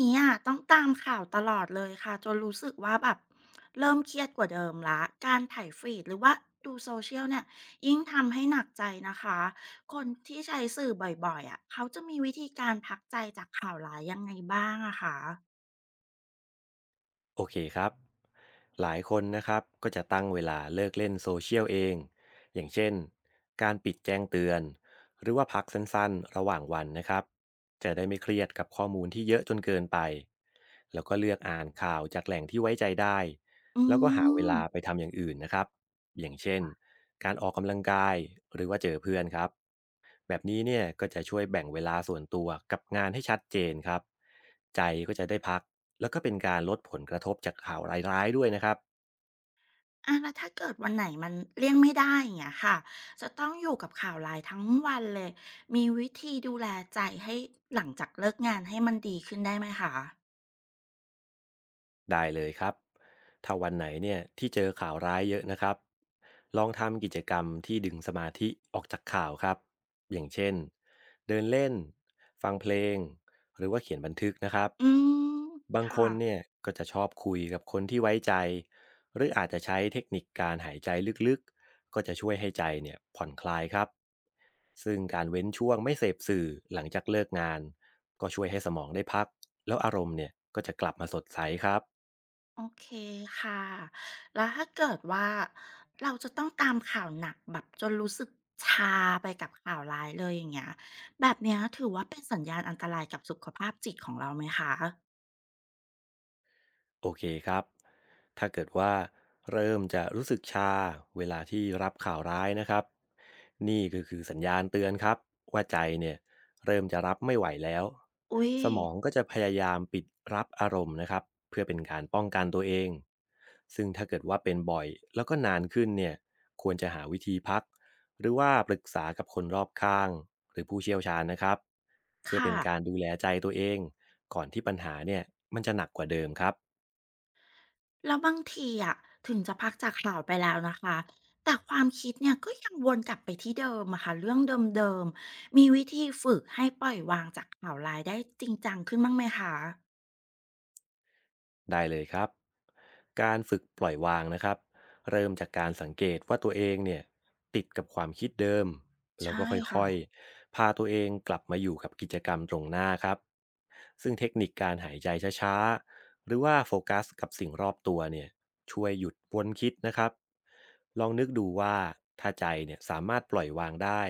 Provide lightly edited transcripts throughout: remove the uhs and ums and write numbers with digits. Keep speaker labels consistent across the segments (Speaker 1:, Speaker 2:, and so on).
Speaker 1: นี้อะต้องตามข่าวตลอดเลยค่ะจนรู้สึกว่าแบบเริ่มเครียดกว่าเดิมแล้วการถ่ายฟีดหรือว่าดูโซเชียลเนี่ยยิ่งทำให้หนักใจนะคะคนที่ใช้สื่อบ่อยๆอะเขาจะมีวิธีการพักใจจากข่าวร้ายยังไงบ้างอะคะ
Speaker 2: โอเคครับหลายคนนะครับก็จะตั้งเวลาเลิกเล่นโซเชียลเองอย่างเช่นการปิดแจ้งเตือนหรือว่าพักสั้นๆระหว่างวันนะครับจะได้ไม่เครียดกับข้อมูลที่เยอะจนเกินไปแล้วก็เลือกอ่านข่าวจากแหล่งที่ไว้ใจได้
Speaker 1: อื
Speaker 2: แล้วก็หาเวลาไป
Speaker 1: ม
Speaker 2: ทำอย่างอื่นนะครับอย่างเช่นการออกกำลังกายหรือว่าเจอเพื่อนครับแบบนี้เนี่ยก็จะช่วยแบ่งเวลาส่วนตัวกับงานให้ชัดเจนครับใจก็จะได้พัก แล้วก็เป็นการลดผลกระทบจากข่าวร้ายๆด้วยนะครับ
Speaker 1: อาแล้วถ้าเกิดวันไหนมันเลี่ยงไม่ได้อย่างเงี้ยค่ะจะต้องอยู่กับข่าวร้ายทั้งวันเลยมีวิธีดูแลใจให้หลังจากเลิกงานให้มันดีขึ้นได้ไหมคะ
Speaker 2: ได้เลยครับถ้าวันไหนเนี่ยที่เจอข่าวร้ายเยอะนะครับลองทำกิจกรรมที่ดึงสมาธิออกจากข่าวครับอย่างเช่นเดินเล่นฟังเพลงหรือว่าเขียนบันทึกนะครับ
Speaker 1: อืม
Speaker 2: บางคน
Speaker 1: ค่ะ
Speaker 2: เนี่ยก็จะชอบคุยกับคนที่ไว้ใจหรืออาจจะใช้เทคนิคการหายใจลึกๆก็จะช่วยให้ใจเนี่ยผ่อนคลายครับซึ่งการเว้นช่วงไม่เสพสื่อหลังจากเลิกงานก็ช่วยให้สมองได้พักแล้วอารมณ์เนี่ยก็จะกลับมาสดใสครับ
Speaker 1: โอเคค่ะแล้วถ้าเกิดว่าเราจะต้องตามข่าวหนักแบบจนรู้สึกชาไปกับข่าวร้ายเลยอย่างเงี้ยแบบเนี้ยถือว่าเป็นสัญญาณอันตรายกับสุขภาพจิตของเราไหมคะ
Speaker 2: โอเคครับ ถ้าเกิดว่าเริ่มจะรู้สึกชาเวลาที่รับข่าวร้ายนะครับ นี่ก็คือสัญญาณเตือนครับว่าใจเนี่ยเริ่มจะรับไม่ไหวแล้ว
Speaker 1: อุ๊ย
Speaker 2: สมองก็จะพยายามปิดรับอารมณ์นะครับเพื่อเป็นการป้องกันตัวเองซึ่งถ้าเกิดว่าเป็นบ่อยแล้วก็นานขึ้นเนี่ยควรจะหาวิธีพักหรือว่าปรึกษากับคนรอบข้างหรือผู้เชี่ยวชาญนะครับเพื่อเป็
Speaker 1: ค่ะ
Speaker 2: นการดูแลใจตัวเองก่อนที่ปัญหาเนี่ยมันจะหนักกว่าเดิมครับ
Speaker 1: แล้วบางทีอะถึงจะพักจากข่าวไปแล้วนะคะแต่ความคิดเนี่ยก็ยังวนกลับไปที่เดิมอะค่ะเรื่องเดิมๆมีวิธีฝึกให้ปล่อยวางจากข่าวร้ายได้จริงจังขึ้นบ้างไหมคะ
Speaker 2: ได้เลยครับการฝึกปล่อยวางนะครับเริ่มจากการสังเกตว่าตัวเองเนี่ยติดกับความคิดเดิมแล้ว
Speaker 1: ใช่
Speaker 2: ก็ค่อย
Speaker 1: ค่ะ
Speaker 2: ๆพาตัวเองกลับมาอยู่กับกิจกรรมตรงหน้าครับซึ่งเทคนิคการหายใจช้าๆหรือว่าโฟกัสกับสิ่งรอบตัวเนี่ยช่วยหยุดวนคิดนะครับลองนึกดูว่าถ้าใจเนี่ยสามารถปล่อยวางได้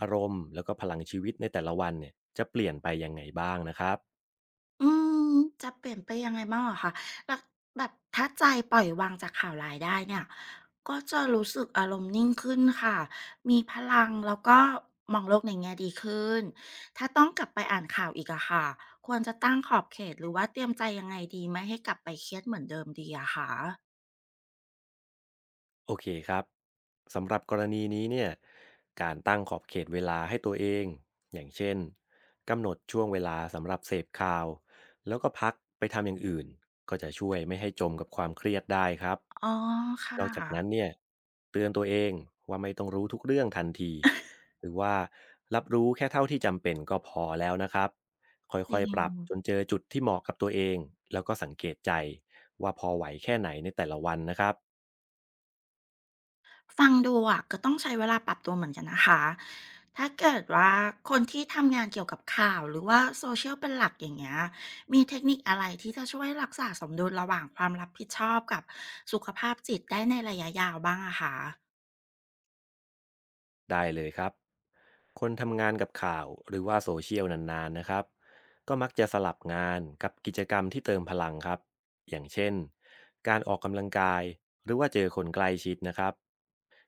Speaker 2: อารมณ์แล้วก็พลังชีวิตในแต่ละวันเนี่ยจะเปลี่ยนไปยังไงบ้างนะครับ
Speaker 1: อืมจะเปลี่ยนไปยังไงบ้างเหรอคะแบบแบบถ้าใจปล่อยวางจากข่าวร้ายได้เนี่ย ก็จะรู้สึกอารมณ์นิ่งขึ้นค่ะ มีพลังแล้วก็มองโลกในแง่ดีขึ้น ถ้าต้องกลับไปอ่านข่าวอีกอะค่ะ ควรจะตั้งขอบเขตหรือว่าเตรียมใจยังไงดีไม่ให้กลับไปเครียดเหมือนเดิมดีอะคะ
Speaker 2: โอเคครับสำหรับกรณีนี้เนี่ยการตั้งขอบเขตเวลาให้ตัวเองอย่างเช่นกำหนดช่วงเวลาสำหรับเสพข่าวแล้วก็พักไปทำอย่างอื่นก็จะช่วยไม่ให้จมกับความเครียดได้ครับ
Speaker 1: อ๋อค่
Speaker 2: นอกจากนั้
Speaker 1: ะ
Speaker 2: นเนี่ยเตือนตัวเองว่าไม่ต้องรู้ทุกเรื่องทันทีหรือว่ารับรู้แค่เท่าที่จำเป็นก็พอแล้วนะครับค่
Speaker 1: จริ
Speaker 2: อยๆป
Speaker 1: ง
Speaker 2: รับจนเจอจุดที่เหมาะกับตัวเองแล้วก็สังเกตใจว่าพอไหวแค่ไหนในแต่ละวันนะครับ
Speaker 1: ฟังดูอ่ะก็ต้องใช้เวลาปรับตัวเหมือนกันนะคะ ถ้าเกิดว่าคนที่ทำงานเกี่ยวกับข่าวหรือว่าโซเชียลเป็นหลักอย่างเงี้ย มีเทคนิคอะไรที่จะช่วยรักษาสมดุลระหว่างความรับผิดชอบกับสุขภาพจิตได้ในระยะยาวบ้างอะคะ
Speaker 2: ได้เลยครับ คนทำงานกับข่าวหรือว่าโซเชียลนานๆนะครับก็มักจะสลับงานกับกิจกรรมที่เติมพลังครับอย่างเช่นการออกกำลังกายหรือว่าเจอคนใกล้ชิดนะครับ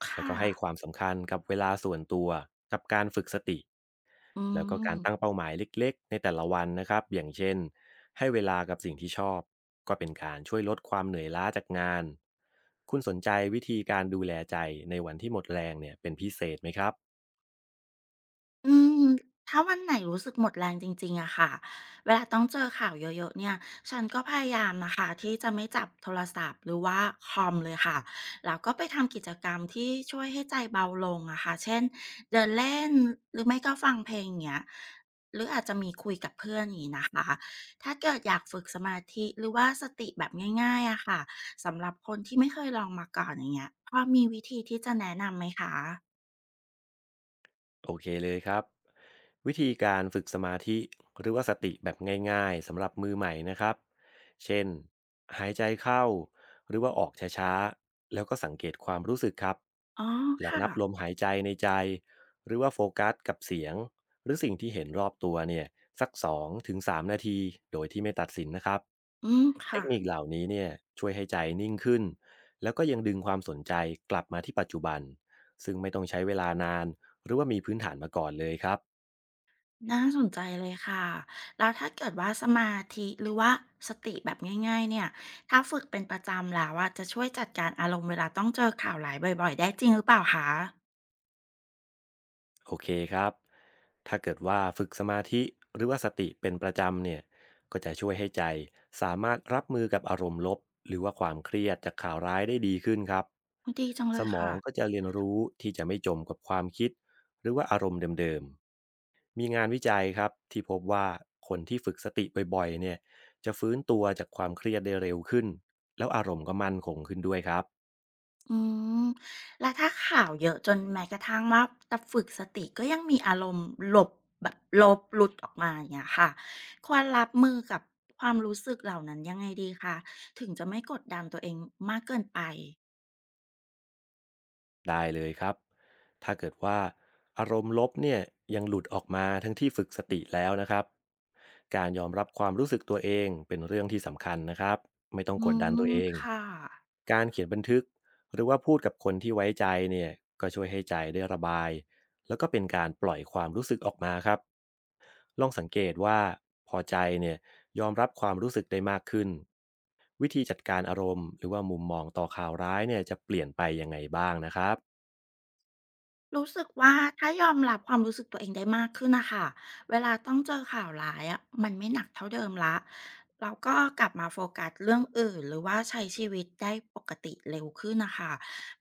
Speaker 1: ค
Speaker 2: แล้วก็ให้ค
Speaker 1: ่ะ
Speaker 2: วามสำคัญกับเวลาส่วนตัวกับการฝึกสติ
Speaker 1: อื
Speaker 2: แล้วก็การตั้ง
Speaker 1: ม
Speaker 2: เป้าหมายเล็กๆในแต่ละวันนะครับอย่างเช่นให้เวลากับสิ่งที่ชอบก็เป็นการช่วยลดความเหนื่อยล้าจากงานคุณสนใจวิธีการดูแลใจในวันที่หมดแรงเนี่ยเป็นพิเศษไหมครับ
Speaker 1: อืมถ้าวันไหนรู้สึกหมดแรงจริงๆอะค่ะ เวลาต้องเจอข่าวเยอะๆเนี่ย ฉันก็พยายามนะคะที่จะไม่จับโทรศัพท์หรือว่าคอมเลยค่ะ แล้วก็ไปทำกิจกรรมที่ช่วยให้ใจเบาลงอะค่ะเช่นเดินเล่นหรือไม่ก็ฟังเพลงอย่างเงี้ยหรืออาจจะมีคุยกับเพื่อนอย่างนี้นะคะ ถ้าเกิดอยากฝึกสมาธิหรือว่าสติแบบง่ายๆอะค่ะสำหรับคนที่ไม่เคยลองมาก่อนอย่างเงี้ยพอมีวิธีที่จะแนะนำไหมคะ
Speaker 2: โอเคเลยครับวิธีการฝึกสมาธิหรือว่าสติแบบง่ายๆสำหรับมือใหม่นะครับเช่นหายใจเข้าหรือว่าออกช้าๆแล้วก็สังเกตความรู้สึกครับ
Speaker 1: อ๋อ
Speaker 2: ลอง
Speaker 1: ค่ะ
Speaker 2: นับลมหายใจในใจหรือว่าโฟกัสกับเสียงหรือสิ่งที่เห็นรอบตัวเนี่ยสัก2-3นาทีโดยที่ไม่ตัดสินนะครับ
Speaker 1: อืม
Speaker 2: เท
Speaker 1: ค่ะ
Speaker 2: คนิคเหล่านี้เนี่ยช่วยให้ใจนิ่งขึ้นแล้วก็ยังดึงความสนใจกลับมาที่ปัจจุบันซึ่งไม่ต้องใช้เวลานานหรือว่ามีพื้นฐานมาก่อนเลยครับ
Speaker 1: น่าสนใจเลยค่ะแล้วถ้าเกิดว่าสมาธิหรือว่าสติแบบง่ายๆเนี่ยถ้าฝึกเป็นประจำแล้วว่าจะช่วยจัดการอารมณ์เวลาต้องเจอข่าวหลายบ่อยๆได้จริงหรือเปล่าคะ
Speaker 2: โอเคครับถ้าเกิดว่าฝึกสมาธิหรือว่าสติเป็นประจำเนี่ยก็จะช่วยให้ใจสามารถรับมือกับอารมณ์ลบหรือว่าความเครียดจากข่าวร้ายได้ดีขึ้นครับ
Speaker 1: อุ๊ดีจังเล
Speaker 2: ส
Speaker 1: ย
Speaker 2: มอ
Speaker 1: ค่ะ
Speaker 2: งก็จะเรียนรู้ที่จะไม่จมกับความคิดหรือว่าอารมณ์เดิมๆ มีงานวิจัยครับที่พบว่าคนที่ฝึกสติบ่อยๆเนี่ยจะฟื้นตัวจากความเครียดได้เร็วขึ้นแล้วอารมณ์ก็มั่นคงขึ้นด้วยครับ
Speaker 1: อืมแล้วถ้าข่าวเยอะจนแม้กระทั่งว่าแต่ฝึกสติก็ยังมีอารมณ์หลบแบบลบหลุดออกมาอย่างเงี้ยค่ะควรรับมือกับความรู้สึกเหล่านั้นยังไงดีคะถึงจะไม่กดดันตัวเองมากเกินไป
Speaker 2: ได้เลยครับ ถ้าเกิดว่าอารมณ์ลบเนี่ยยังหลุดออกมาทั้งที่ฝึกสติแล้วนะครับ การยอมรับความรู้สึกตัวเองเป็นเรื่องที่สำคัญนะครับ ไม่ต้อง
Speaker 1: อื
Speaker 2: กดดัน
Speaker 1: ม
Speaker 2: ตัวเอง
Speaker 1: ค่ะ
Speaker 2: การเขียนบันทึกหรือว่าพูดกับคนที่ไว้ใจเนี่ยก็ช่วยให้ใจได้ระบายแล้วก็เป็นการปล่อยความรู้สึกออกมาครับลองสังเกตว่าพอใจเนี่ย ยอมรับความรู้สึกได้มากขึ้นวิธีจัดการอารมณ์หรือว่ามุมมองต่อข่าวร้ายเนี่ยจะเปลี่ยนไปยังไงบ้างนะครับ
Speaker 1: รู้สึกว่าถ้ายอมรับความรู้สึกตัวเองได้มากขึ้นนะคะเวลาต้องเจอข่าวร้ายอะมันไม่หนักเท่าเดิมแล้วแล้วก็กลับมาโฟกัสเรื่องอื่นหรือว่าใช้ชีวิตได้ปกติเร็วขึ้นนะคะ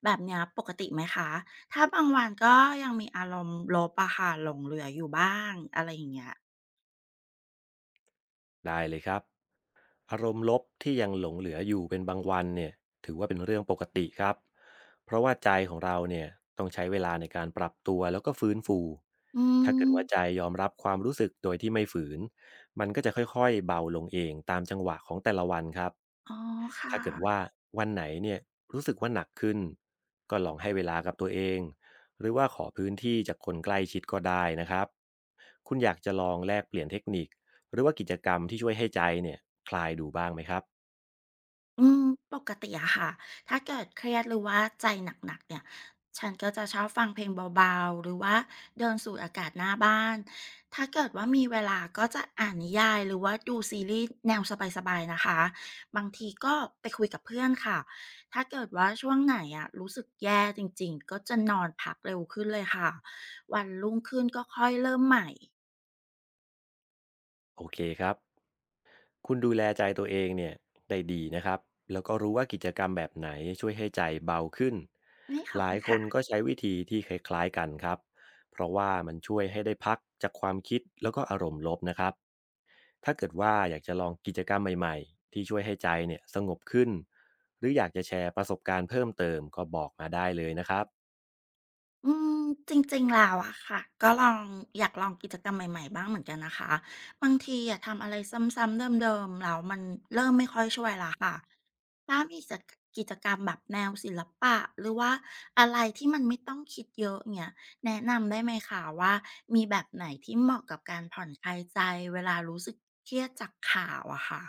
Speaker 1: แบบเนี้ยปกติไหมคะถ้าบางวันก็ยังมีอารมณ์ลบอะค่ะหลงเหลืออยู่บ้างอะไรอย่างเงี้ย
Speaker 2: ได้เลยครับ อารมณ์ลบที่ยังหลงเหลืออยู่เป็นบางวันเนี่ยถือว่าเป็นเรื่องปกติครับเพราะว่าใจของเราเนี่ยต้องใช้เวลาในการปรับตัวแล้วก็ฟื้นฟู
Speaker 1: อื
Speaker 2: ถ้าเกิด
Speaker 1: ม
Speaker 2: ว่าใจยอมรับความรู้สึกโดยที่ไม่ฝืนมันก็จะค่อยๆเบาลงเองตามจังหวะของแต่ละวันครับ
Speaker 1: อ๋อค่ะ
Speaker 2: ถ้าเกิดว่าวันไหนเนี่ยรู้สึกว่าหนักขึ้นก็ลองให้เวลากับตัวเองหรือว่าขอพื้นที่จากคนใกล้ชิดก็ได้นะครับคุณอยากจะลองแลกเปลี่ยนเทคนิค หรือว่ากิจกรรมที่ช่วยให้ใจเนี่ยคลายดูบ้างไหมครับ
Speaker 1: อืมปกติอะค่ะถ้าเกิดเครียดหรือว่าใจหนักๆเนี่ยฉันก็จะชอบฟังเพลงเบาๆหรือว่าเดินสูดอากาศหน้าบ้านถ้าเกิดว่ามีเวลาก็จะอ่านนิยายหรือว่าดูซีรีส์แนวสบายๆนะคะบางทีก็ไปคุยกับเพื่อนค่ะถ้าเกิดว่าช่วงไหนอะรู้สึกแย่จริงๆก็จะนอนพักเร็วขึ้นเลยค่ะวันรุ่งขึ้นก็ค่อยเริ่มใหม่
Speaker 2: โอเคครับคุณดูแลใจตัวเองเนี่ยได้ดีนะครับแล้วก็รู้ว่ากิจกรรมแบบไหนช่วยให้ใจเบาขึ้น
Speaker 1: วันนี้ขอบ
Speaker 2: หลา
Speaker 1: คุณ
Speaker 2: ยค
Speaker 1: ค่ะ
Speaker 2: นก็ใช้วิธีที่คล้ายๆกันครับเพราะว่ามันช่วยให้ได้พักจากความคิดแล้วก็อารมณ์ลบนะครับถ้าเกิดว่าอยากจะลองกิจกรรมใหม่ๆที่ช่วยให้ใจเนี่ยสงบขึ้นหรืออยากจะแชร์ประสบการณ์เพิ่มเติมก็บอกมาได้เลยนะครับ
Speaker 1: อืมจริงๆแล้วอะค่ะก็ลองอยากลองกิจกรรมใหม่ๆบ้างเหมือนกันนะคะบางทีอะทำอะไรซ้ำๆเดิมๆแล้วมันเริ่มไม่ค่อยช่วยละค่ะถ้ามีกิจกรรมแบบแนวศิลปะหรือว่าอะไรที่มันไม่ต้องคิดเยอะเนี่ยแนะนำได้ไหมคะว่ามีแบบไหนที่เหมาะกับการผ่อนคลายใจเวลารู้สึกเครียดจากข่าวอะค่ะ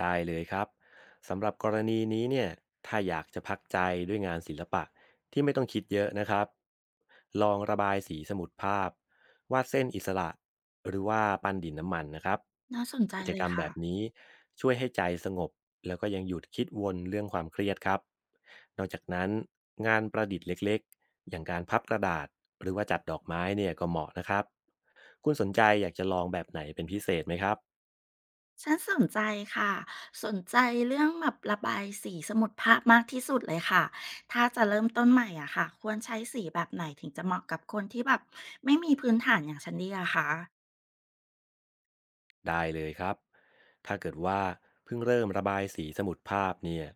Speaker 2: ได้เลยครับสำหรับกรณีนี้เนี่ยถ้าอยากจะพักใจด้วยงานศิลปะที่ไม่ต้องคิดเยอะนะครับลองระบายสีสมุดภาพวาดเส้นอิสระหรือว่าปั้นดินน้ำมันนะครับ
Speaker 1: น่าสนใจ
Speaker 2: กิจ
Speaker 1: เล
Speaker 2: กร
Speaker 1: ย
Speaker 2: รมแบ
Speaker 1: ค่ะ
Speaker 2: บนี้ช่วยให้ใจสงบแล้วก็ยังหยุดคิดวนเรื่องความเครียดครับนอกจากนั้นงานประดิษฐ์เล็กๆอย่างการพับกระดาษหรือว่าจัดดอกไม้เนี่ยก็เหมาะนะครับคุณสนใจอยากจะลองแบบไหนเป็นพิเศษไหมครับ
Speaker 1: ฉันสนใจค่ะสนใจเรื่องแบบระบายสีสมุดภาพมากที่สุดเลยค่ะถ้าจะเริ่มต้นใหม่อ่ะค่ะควรใช้สีแบบไหนถึงจะเหมาะกับคนที่แบบไม่มีพื้นฐานอย่างฉันดีอะคะ
Speaker 2: ได้เลยครับ ถ้าเกิดว่าเพิ่งเริ่มระบายสีสมุดภาพเนี่ย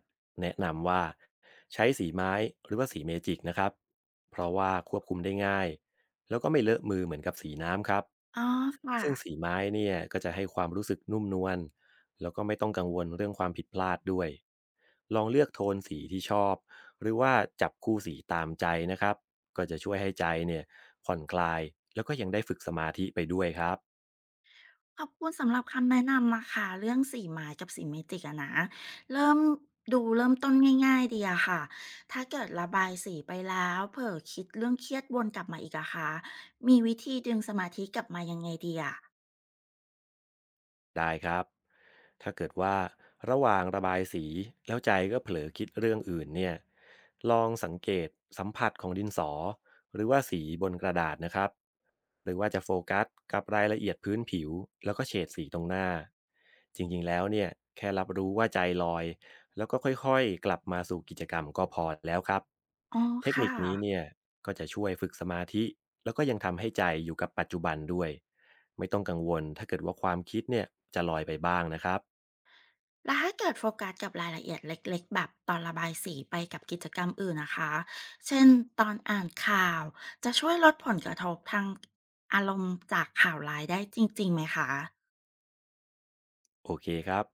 Speaker 2: แนะนำว่าใช้สีไม้หรือว่าสีเมจิกนะครับ เพราะว่าควบคุมได้ง่ายแล้วก็ไม่เลอะมือเหมือนกับสีน้ำครับ
Speaker 1: อ๋อค่ะ
Speaker 2: ซึ่งสีไม้เนี่ยก็จะให้ความรู้สึกนุ่มนวลแล้วก็ไม่ต้องกังวลเรื่องความผิดพลาดด้วยลองเลือกโทนสีที่ชอบหรือว่าจับคู่สีตามใจนะครับก็จะช่วยให้ใจเนี่ยผ่อนคลายแล้วก็ยังได้ฝึกสมาธิไปด้วยครับ
Speaker 1: ขอบคุณสำหรับคำแนะนำนะคะเรื่องสีไม้กับสีเมจิกอะนะเริ่มดูเริ่มต้นง่ายๆดีอะค่ะถ้าเกิดระบายสีไปแล้วเผลอคิดเรื่องเครียดวนกลับมาอีกอะค่ะมีวิธีดึงสมาธิกลับมายังไงดีอะ
Speaker 2: ได้ครับ ถ้าเกิดว่าระหว่างระบายสีแล้วใจก็เผลอคิดเรื่องอื่นเนี่ยลองสังเกตสัมผัสของดินสอหรือว่าสีบนกระดาษนะครับหรือว่าจะโฟกัสกับรายละเอียดพื้นผิวแล้วก็เฉดสีตรงหน้าจริงๆแล้วเนี่ยแค่รับรู้ว่าใจลอยแล้วก็ค่อยๆกลับมาสู่กิจกรรมก็พอแล้วครับ
Speaker 1: อ๋อ
Speaker 2: เทค
Speaker 1: ค่ะ
Speaker 2: นิคนี้เนี่ยก็จะช่วยฝึกสมาธิแล้วก็ยังทำให้ใจอยู่กับปัจจุบันด้วยไม่ต้องกังวลถ้าเกิดว่าความคิดเนี่ยจะลอยไปบ้างนะครับ
Speaker 1: แล้วถ้าเกิดโฟกัสกับรายละเอียดเล็กๆแบบตอนระบายสีไปกับกิจกรรมอื่นนะคะเช่นตอนอ่านข่าวจะช่วยลดผลกระทบทางอารมณ์จากข่าวร้ายได้จริงๆไหมคะ
Speaker 2: โอเคครับ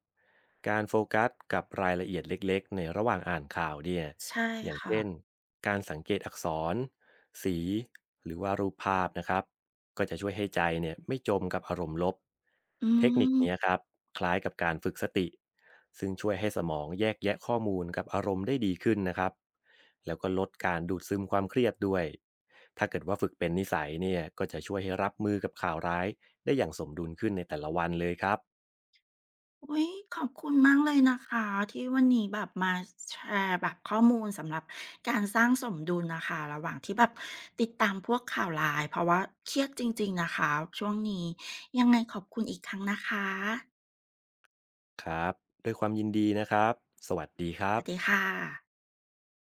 Speaker 2: การโฟกัสกับรายละเอียดเล็กๆในระหว่างอ่านข่าวเนี่ย
Speaker 1: ใช่
Speaker 2: อย่าง
Speaker 1: ค่ะ
Speaker 2: เช่นการสังเกตอักษรสีหรือว่ารูปภาพนะครับก็จะช่วยให้ใจเนี่ยไม่จมกับอารมณ์ลบ
Speaker 1: อื
Speaker 2: เทคนิค
Speaker 1: ม
Speaker 2: เนี้ยครับคล้ายกับการฝึกสติ ซึ่งช่วยให้สมองแยกแยะข้อมูลกับอารมณ์ได้ดีขึ้นนะครับแล้วก็ลดการดูดซึมความเครียดด้วย ถ้าเกิดว่าฝึกเป็นนิสัยเนี่ยก็จะช่วยให้รับมือกับข่าวร้ายได้อย่างสมดุลขึ้นในแต่ละวันเลยครับ
Speaker 1: อุ้ยขอบคุณมากเลยนะคะที่วันนี้แบบมาแชร์แบบข้อมูลสำหรับการสร้างสมดุลนะคะระหว่างที่แบบติดตามพวกข่าวร้ายเพราะว่าเครียดจริงๆนะคะช่วงนี้ยังไงขอบคุณอีกครั้งนะคะ
Speaker 2: ครับด้วยความยินดีนะครับ สวัสดีค
Speaker 1: ส
Speaker 2: รับ
Speaker 1: วัสดีค่ะ